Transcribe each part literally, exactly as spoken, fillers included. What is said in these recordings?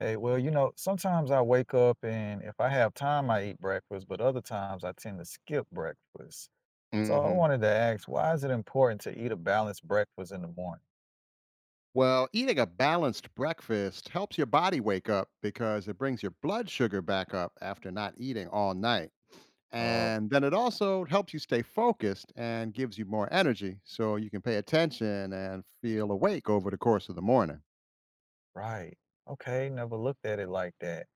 Hey, well, you know, sometimes I wake up and if I have time, I eat breakfast, but other times I tend to skip breakfast. So I Mhm. wanted to ask, why is it important to eat a balanced breakfast in the morning? Well, eating a balanced breakfast helps your body wake up because it brings your blood sugar back up after not eating all night. Oh, And then it also helps you stay focused and gives you more energy so you can pay attention and feel awake over the course of the morning. right. Okay, never looked at it like that.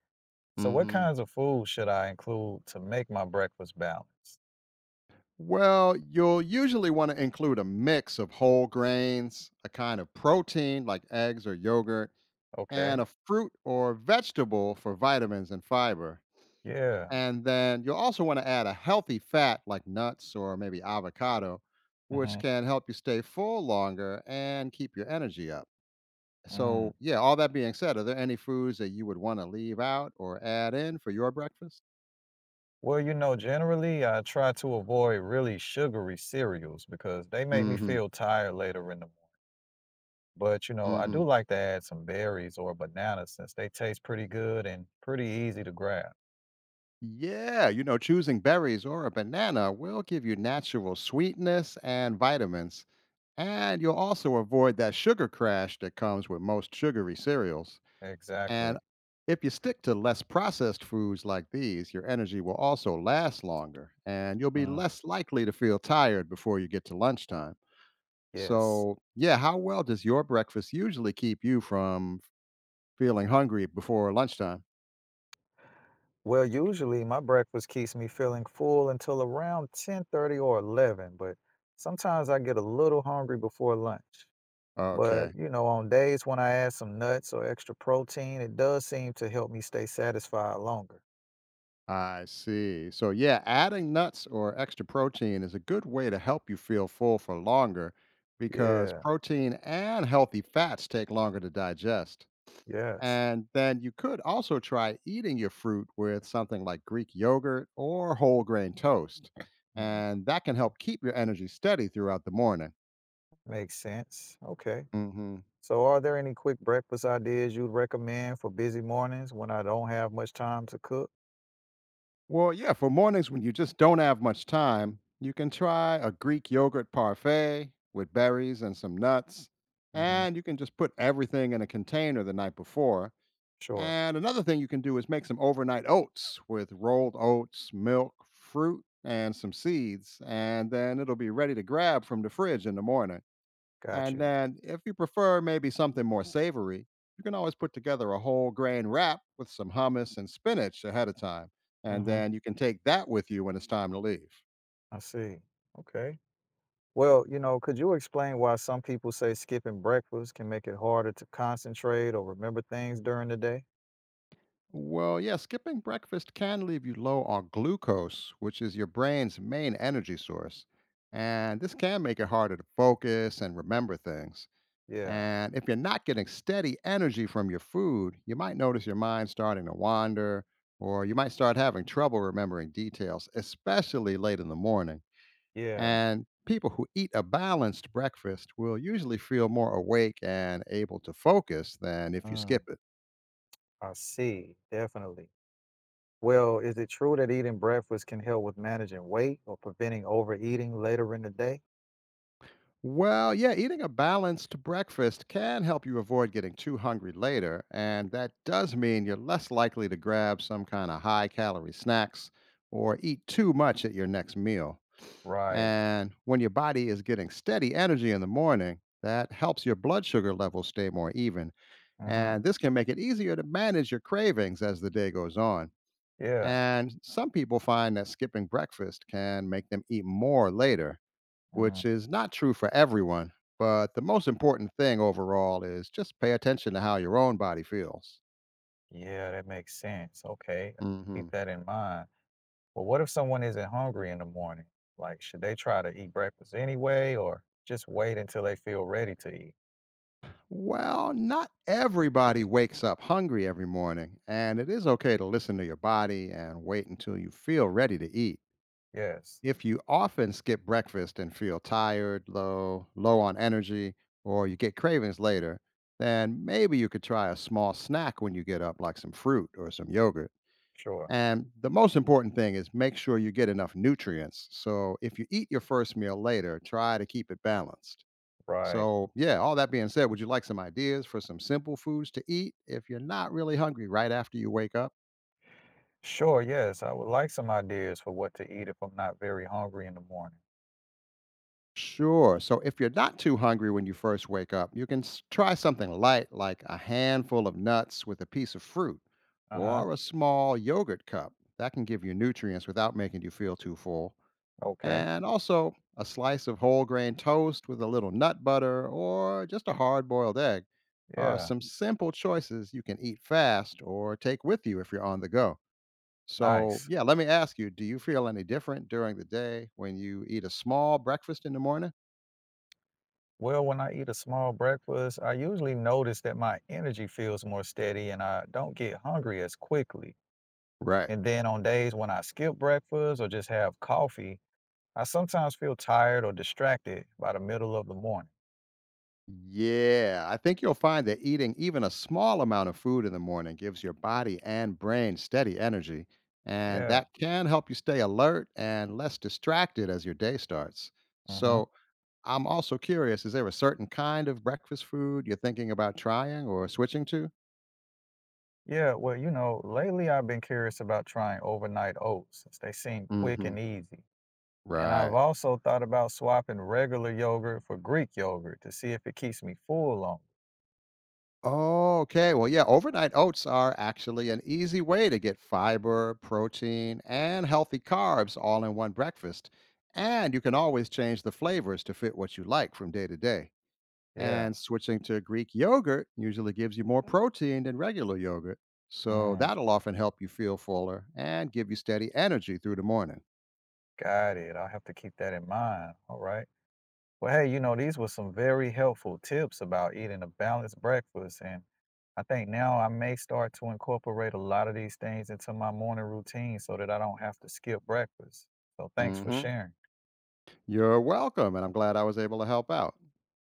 So what Mhm. kinds of food should I include to make my breakfast balanced? Well, you'll usually want to include a mix of whole grains, a kind of protein like eggs or yogurt, Okay, and a fruit or vegetable for vitamins and fiber. yeah. And then you'll also want to add a healthy fat like nuts or maybe avocado, which Hmm. can help you stay full longer and keep your energy up. Mm. So, yeah, all that being said, are there any foods that you would want to leave out or add in for your breakfast? Well, you know, generally I try to avoid really sugary cereals because they make me Mm-hmm. feel tired later in the morning. But, you know, I Mm-hmm. do like to add some berries or bananas since they taste pretty good and pretty easy to grab. Yeah, you know, choosing berries or a banana will give you natural sweetness and vitamins. And you'll also avoid that sugar crash that comes with most sugary cereals. And Exactly. if you stick to less processed foods like these, your energy will also last longer and you'll be Mm, less likely to feel tired before you get to lunchtime. yes. So, yeah, how well does your breakfast usually keep you from feeling hungry before lunchtime? Well, usually my breakfast keeps me feeling full until around ten thirty or eleven, but sometimes I get a little hungry before lunch. But, Okay, you know, on days when I add some nuts or extra protein, it does seem to help me stay satisfied longer. I see. So, yeah, adding nuts or extra protein is a good way to help you feel full for longer because Yeah. protein and healthy fats take longer to digest. Yes. And then you could also try eating your fruit with something like Greek yogurt or whole grain toast. Mm, And that can help keep your energy steady throughout the morning. makes sense. Okay. hmm So, are there any quick breakfast ideas you'd recommend for busy mornings when I don't have much time to cook? Well, yeah, for mornings when you just don't have much time, you can try a Greek yogurt parfait with berries and some nuts. Hmm. And you can just put everything in a container the night before. Sure, And another thing you can do is make some overnight oats with rolled oats, milk, fruit, and some seeds. And then it'll be ready to grab from the fridge in the morning. got And you. then, if you prefer maybe something more savory, you can always put together a whole grain wrap with some hummus and spinach ahead of time. And Hmm. then you can take that with you when it's time to leave. I see. Okay. Well, you know, could you explain why some people say skipping breakfast can make it harder to concentrate or remember things during the day? Well, yeah, skipping breakfast can leave you low on glucose, which is your brain's main energy source. And this can make it harder to focus and remember things. Yeah, And if you're not getting steady energy from your food, you might notice your mind starting to wander, or you might start having trouble remembering details, especially late in the morning. yeah. And people who eat a balanced breakfast will usually feel more awake and able to focus than if you Mm, skip it. I see, definitely. Well, is it true that eating breakfast can help with managing weight or preventing overeating later in the day? Well, yeah, eating a balanced breakfast can help you avoid getting too hungry later, and that does mean you're less likely to grab some kind of high calorie snacks or eat too much at your next meal. Right. And when your body is getting steady energy in the morning, that helps your blood sugar levels stay more even. Hmm. And this can make it easier to manage your cravings as the day goes on. Yeah. And some people find that skipping breakfast can make them eat more later, which Mm. is not true for everyone. But the most important thing overall is just pay attention to how your own body feels. Yeah, that makes sense. Okay, keep hmm that in mind. But what if someone isn't hungry in the morning? Like, should they try to eat breakfast anyway, or just wait until they feel ready to eat? Well, not everybody wakes up hungry every morning, and it is okay to listen to your body and wait until you feel ready to eat. Yes, If you often skip breakfast and feel tired, low, low on energy, or you get cravings later, then maybe you could try a small snack when you get up, like some fruit or some yogurt. sure, And the most important thing is make sure you get enough nutrients. So if you eat your first meal later, try to keep it balanced. right. So, yeah, all that being said, would you like some ideas for some simple foods to eat if you're not really hungry right after you wake up? Sure, yes, I would like some ideas for what to eat if I'm not very hungry in the morning. Sure. So, if you're not too hungry when you first wake up, you can s- try something light like a handful of nuts with a piece of fruit Uh huh. or a small yogurt cup. That can give you nutrients without making you feel too full. Okay, And also a slice of whole grain toast with a little nut butter or just a hard boiled egg are yeah, some simple choices you can eat fast or take with you if you're on the go. So, nice. yeah, let me ask you, do you feel any different during the day when you eat a small breakfast in the morning? Well, when I eat a small breakfast, I usually notice that my energy feels more steady and I don't get hungry as quickly. Right. And then on days when I skip breakfast or just have coffee, I sometimes feel tired or distracted by the middle of the morning. Yeah, I think you'll find that eating even a small amount of food in the morning gives your body and brain steady energy, and Yeah. that can help you stay alert and less distracted as your day starts. Hmm. So, I'm also curious, is there a certain kind of breakfast food you're thinking about trying or switching to? Yeah. Well, you know, lately I've been curious about trying overnight oats since they seem quick Hmm. and easy. And I've Right. also thought about swapping regular yogurt for Greek yogurt to see if it keeps me full longer. Oh, okay. Well, yeah, overnight oats are actually an easy way to get fiber, protein, and healthy carbs all in one breakfast. And you can always change the flavors to fit what you like from day to day. Yeah. And switching to Greek yogurt usually gives you more protein than regular yogurt. So Mm, that'll often help you feel fuller and give you steady energy through the morning. got it. I'll have to keep that in mind. All right. Well, hey, you know, these were some very helpful tips about eating a balanced breakfast. And I think now I may start to incorporate a lot of these things into my morning routine so that I don't have to skip breakfast. So thanks for hmm sharing. You're welcome. And I'm glad I was able to help out.